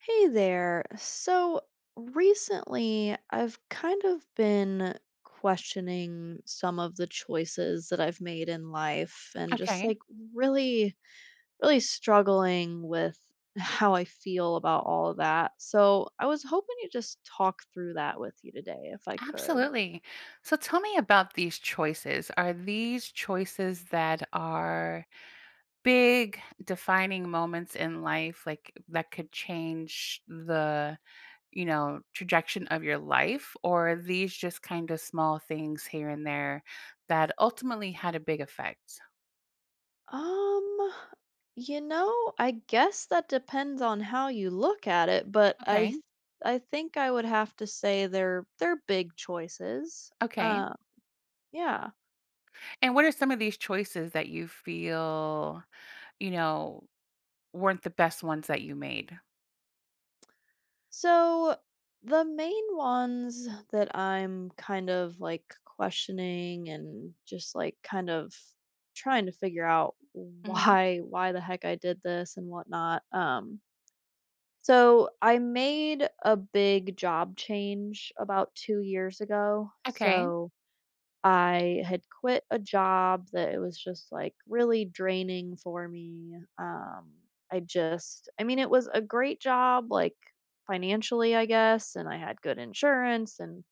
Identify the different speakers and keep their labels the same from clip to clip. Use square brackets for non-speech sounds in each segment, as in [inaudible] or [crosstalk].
Speaker 1: Hey there. So recently, I've kind of been questioning some of the choices that I've made in life and just
Speaker 2: Okay,
Speaker 1: like really, really struggling with [laughs] how I feel about all of that. So I was hoping to just talk through that with you today if I could.
Speaker 2: absolutely. So tell me about these choices. Are these choices that are big defining moments in life like that could change the, you know, trajectory of your life or are these just kind of small things here and there that ultimately had a big effect?
Speaker 1: Um, you know, I guess that depends on how you look at it, but
Speaker 2: Okay.
Speaker 1: I think I would have to say they're big choices.
Speaker 2: Okay.
Speaker 1: Uh, yeah.
Speaker 2: And what are some of these choices that you feel, you know, weren't the best ones that you made?
Speaker 1: So the main ones that I'm kind of like questioning and just like kind of trying to figure out
Speaker 2: Mhm.
Speaker 1: why the heck I did this and whatnot. So I made a big job change about 2 years ago.
Speaker 2: Okay.
Speaker 1: So I had quit a job that it was just like really draining for me. I just, I mean, it was a great job, like financially, I guess, and I had good insurance and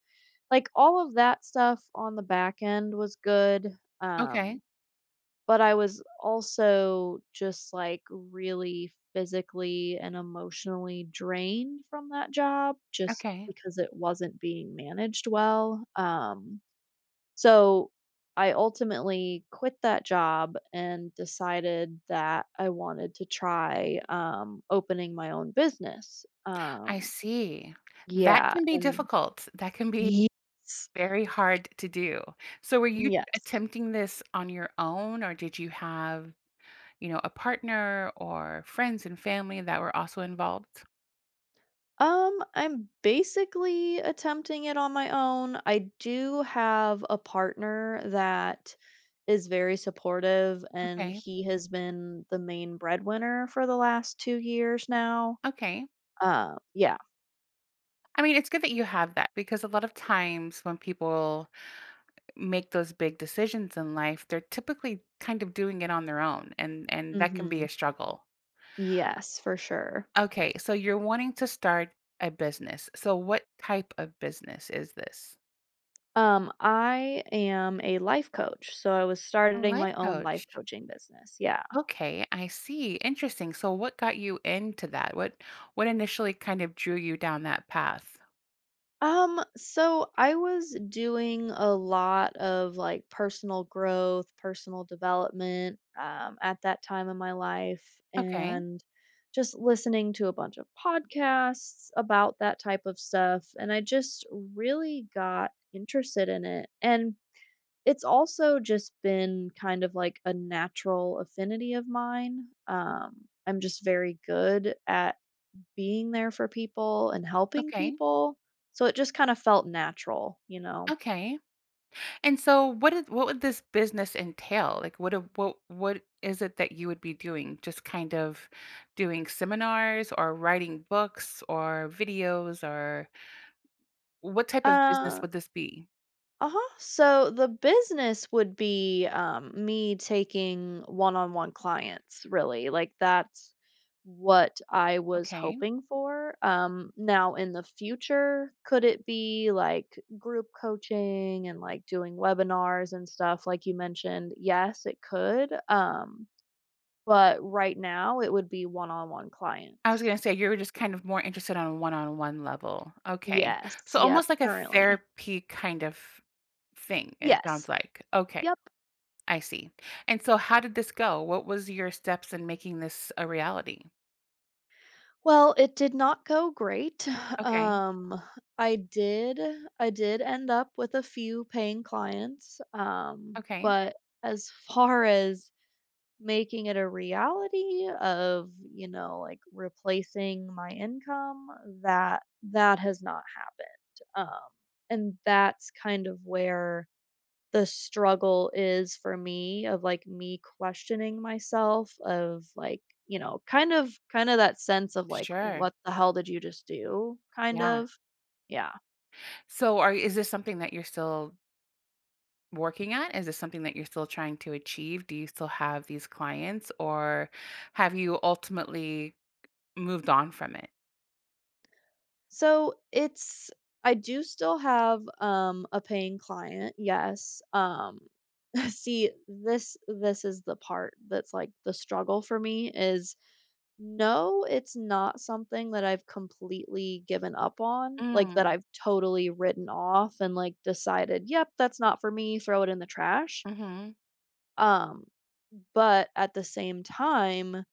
Speaker 1: like all of that stuff on the back end was good.
Speaker 2: Okay.
Speaker 1: Um, but I was also just, like, really physically and emotionally drained from that job just
Speaker 2: Okay,
Speaker 1: because it wasn't being managed well, so I ultimately quit that job and decided that I wanted to try, opening my own business,
Speaker 2: I see. That
Speaker 1: yeah,
Speaker 2: can be
Speaker 1: and
Speaker 2: difficult. That can be
Speaker 1: Yes.
Speaker 2: very hard to do. So were you
Speaker 1: Yes.
Speaker 2: attempting this on your own or did you have, you know, a partner or friends and family that were also involved?
Speaker 1: I'm basically attempting it on my own. I do have a partner that is very supportive, and
Speaker 2: Okay.
Speaker 1: he has been the main breadwinner for the last 2 years now.
Speaker 2: Okay.
Speaker 1: Yeah.
Speaker 2: I mean, it's good that you have that because a lot of times when people make those big decisions in life, they're typically kind of doing it on their own and that can be
Speaker 1: Hmm.
Speaker 2: a struggle.
Speaker 1: Yes, for sure.
Speaker 2: Okay, so you're wanting to start a business. So what type of business is this?
Speaker 1: I am a life coach, so I was
Speaker 2: A
Speaker 1: starting
Speaker 2: life
Speaker 1: my own life
Speaker 2: coach.
Speaker 1: coaching business. Yeah.
Speaker 2: Okay, I see. Interesting. So what got you into that? What initially kind of drew you down that path?
Speaker 1: So I was doing a lot of like personal growth, personal development, at that time in my life,
Speaker 2: Okay.
Speaker 1: and just listening to a bunch of podcasts about that type of stuff. And I just really got interested in it. And it's also just been kind of like a natural affinity of mine. I'm just very good at being there for people and helping
Speaker 2: Okay.
Speaker 1: people. So it just kind of felt natural,
Speaker 2: Okay. And so what would this business entail? Like what is it that you would be doing? Just kind of doing seminars or writing books or videos or what type of business
Speaker 1: Uh
Speaker 2: would this be?
Speaker 1: uh-huh. So the business would be me taking one-on-one clients, really. Like that's what I was
Speaker 2: Okay.
Speaker 1: hoping for. Now in the future, could it be like group coaching and like doing webinars and stuff like you mentioned? Yes, it could. But right now it would be one-on-one
Speaker 2: I was
Speaker 1: clients.
Speaker 2: gonna say you were just kind of more interested on a one-on-one level. Okay.
Speaker 1: Yes,
Speaker 2: So
Speaker 1: yep,
Speaker 2: almost like a
Speaker 1: currently.
Speaker 2: therapy kind of thing, it sounds
Speaker 1: Yes,
Speaker 2: like. Okay,
Speaker 1: yep.
Speaker 2: I see. And so how did this go? What was your steps in making this a reality?
Speaker 1: Well, it did not go great. [laughs] [sighs]
Speaker 2: Okay,
Speaker 1: Um, I did I did end up with a few paying clients,
Speaker 2: okay.
Speaker 1: but as [laughs] far as making it a reality of, you know, like, replacing my income, that that has not happened. And that's kind of where the struggle is for me of, like, me questioning myself of, like, you know, kind of kinda that sense of, like,
Speaker 2: Sure,
Speaker 1: "What the hell did you just do?" kind
Speaker 2: yeah.
Speaker 1: of. Yeah.
Speaker 2: So are is this something that you're still working at? Is this something that you're still trying to achieve? Do you still have these clients, or have you ultimately moved on from it?
Speaker 1: So, it's I do still have, a paying client, yes, [laughs] see, this is the part that's, like, the struggle for me is No, it's not something that I've completely given up on, like, that
Speaker 2: Mm,
Speaker 1: I've totally written off and, like, decided, "Yep, that's not for me, throw it in the trash."
Speaker 2: mhm,
Speaker 1: Um, but at the same time,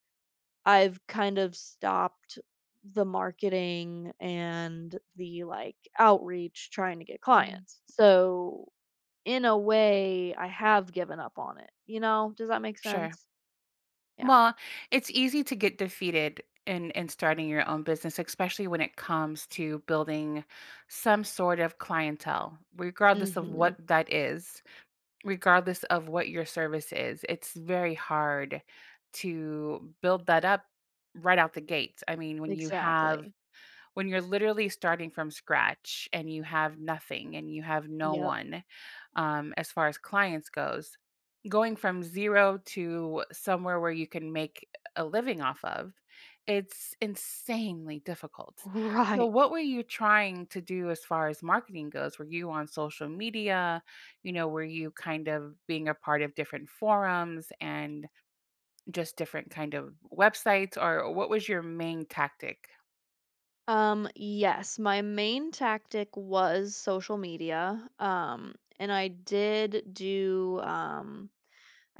Speaker 1: I've kind of stopped the marketing and the, like, outreach trying to get
Speaker 2: mhm.
Speaker 1: clients. So, in a way, I have given up on it, you know? Does that make
Speaker 2: Sure.
Speaker 1: sense? Yeah.
Speaker 2: Well, it's easy to get defeated in starting your own business, especially when it comes to building some sort of clientele, regardless of what
Speaker 1: Mhm.
Speaker 2: that is, regardless of what your service is. It's very hard to build that up right out the gate. I mean,
Speaker 1: Exactly.
Speaker 2: when you're literally starting from scratch and you have nothing and you have no
Speaker 1: Yep.
Speaker 2: one, as far as clients goes, going from 0 to somewhere where you can make a living off of, it's insanely
Speaker 1: [laughs]
Speaker 2: difficult. So
Speaker 1: Right.
Speaker 2: what were you trying to do as far as marketing goes? Were you on social media? You know, were you kind of being a part of different forums and just different kind of websites or what was your main tactic?
Speaker 1: Yes, my main tactic was social media. And I did do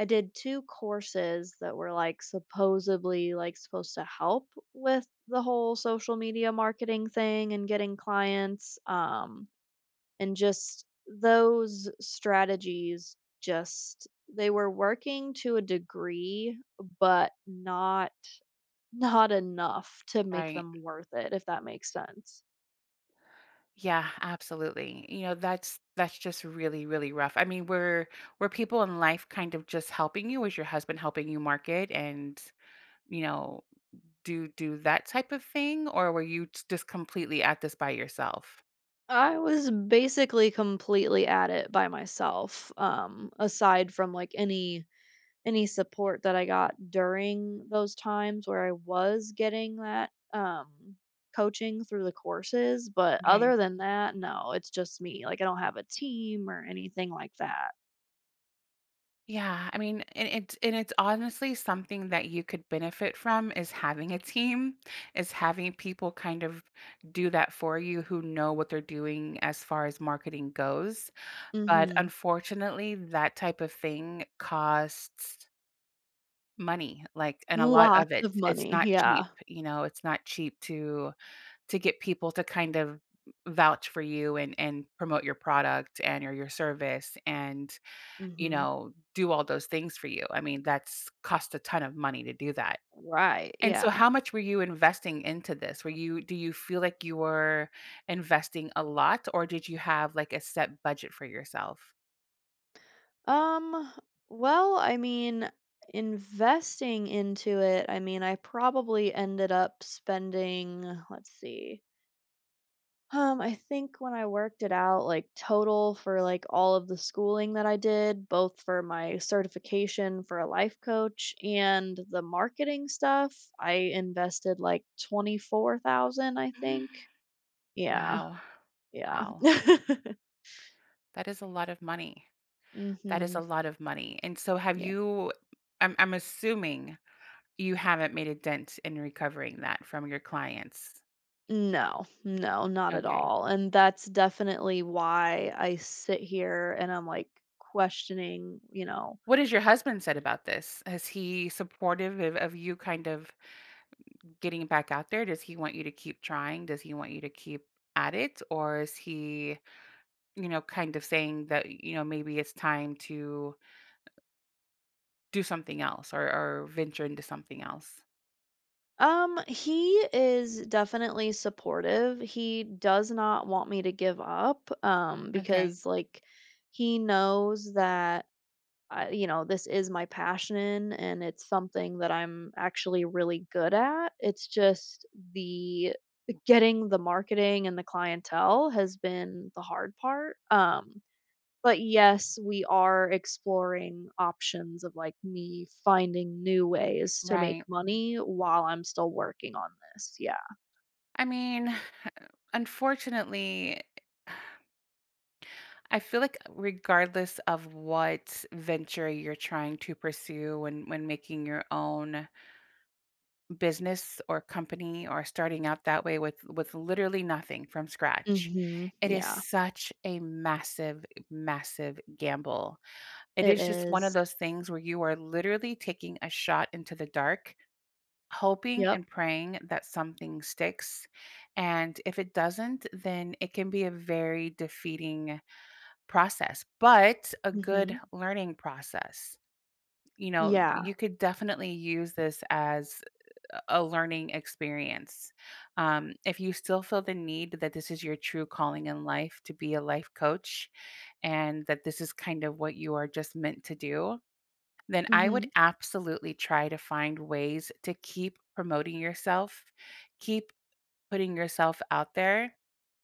Speaker 1: I did two courses that were like supposedly like supposed to help with the whole social media marketing thing and getting clients. And just those strategies just they were working to a degree, but not enough to make
Speaker 2: Right.
Speaker 1: them worth it, if that makes sense.
Speaker 2: Yeah, absolutely. You know, that's just really, really rough. I mean, were people in life kind of just helping you? Was your husband helping you market and, you know, do that type of thing? Or were you just completely at this by yourself?
Speaker 1: I was basically completely at it by myself, aside from like any support that I got during those times where I was getting that coaching through the courses, but
Speaker 2: Okay.
Speaker 1: other than that, no, it's just me. Like I don't have a team or anything like that.
Speaker 2: Yeah, I mean, and it's honestly something that you could benefit from is having a team, is having people kind of do that for you who know what they're doing as far as marketing goes. But
Speaker 1: Mhm.
Speaker 2: unfortunately, that type of thing costs money, like, and a lot of
Speaker 1: Lots
Speaker 2: it.
Speaker 1: of
Speaker 2: It's
Speaker 1: money.
Speaker 2: not cheap,
Speaker 1: Yeah.
Speaker 2: you know, it's not cheap to get people to kind of vouch for you and promote your product and or your service and, you
Speaker 1: Mhm.
Speaker 2: know, do all those things for you. I mean, that's cost a ton of money to do that.
Speaker 1: Right.
Speaker 2: And so
Speaker 1: Yeah.
Speaker 2: how much were you investing into this? Were you do you feel like you were investing a lot or did you have like a set budget for yourself?
Speaker 1: Um, well, I mean, investing into it, I mean, I probably ended up spending, let's see. I think when I worked it out, like total for like all of the schooling that I did, both for my certification for a life coach and the marketing stuff, I invested like 24,000, I think.
Speaker 2: [gasps]
Speaker 1: Yeah.
Speaker 2: Wow.
Speaker 1: Yeah.
Speaker 2: Wow.
Speaker 1: [laughs]
Speaker 2: That is a lot of money. That is a
Speaker 1: Mhm.
Speaker 2: lot of money. And so have you I'm assuming you haven't made a dent in recovering that from your clients.
Speaker 1: No, no, not at
Speaker 2: Okay.
Speaker 1: all, and that's definitely why I sit here and I'm, like, questioning, you know.
Speaker 2: What has your husband said about this? Is he supportive of, you kind of getting back out there? Does he want you to keep trying? Does he want you to keep at it? Or is he, you know, kind of saying that, you know, maybe it's time to do something else or, venture into something else?
Speaker 1: He is definitely supportive, he does not want me to give up,
Speaker 2: Okay.
Speaker 1: because, like, he knows that I you know, this is my passion and it's something that I'm actually really good at, it's just the getting the marketing and the clientele has been the hard part, um. But yes, we are exploring options of, like, me finding new ways to make
Speaker 2: Right.
Speaker 1: money while I'm still working on this, yeah.
Speaker 2: I mean, unfortunately, I feel like regardless of what venture you're trying to pursue when making your own business or company or starting out that way with literally nothing from scratch,
Speaker 1: Mhm,
Speaker 2: it is
Speaker 1: yeah.
Speaker 2: such a massive, massive gamble. It
Speaker 1: It
Speaker 2: is just one of
Speaker 1: is.
Speaker 2: those things where you are literally taking a shot into the dark hoping
Speaker 1: Yep.
Speaker 2: and praying that something sticks. And if it doesn't, then it can be a very defeating process, but a good
Speaker 1: Mhm.
Speaker 2: learning process. You know,
Speaker 1: Yeah.
Speaker 2: you could definitely use this as a learning experience. If you still feel the need that this is your true calling in life to be a life coach and that this is kind of what you are just meant to do, then I would
Speaker 1: Mhm.
Speaker 2: absolutely try to find ways to keep promoting yourself, keep putting yourself out there,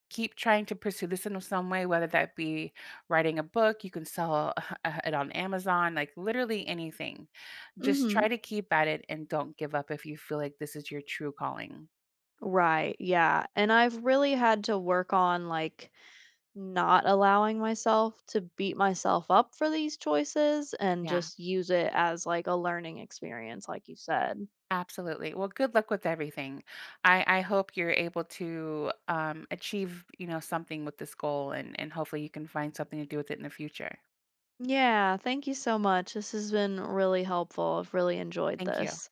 Speaker 2: keep trying to pursue this in some way, whether that be writing a book, you can sell [laughs] it on Amazon, like literally anything. Just try
Speaker 1: Mhm.
Speaker 2: to keep at it and don't give up if you feel like this is your true calling.
Speaker 1: Right, yeah, and I've really had to work on, like, not allowing myself to beat myself up for these choices and
Speaker 2: Yeah.
Speaker 1: just use it as, like, a learning experience, like you said.
Speaker 2: Absolutely. Well, good luck with everything. I hope you're able to achieve, you know, something with this goal, and hopefully you can find something to do with it in the future.
Speaker 1: Yeah, thank you so much. This has been really helpful. I've really enjoyed
Speaker 2: Thank you.
Speaker 1: this.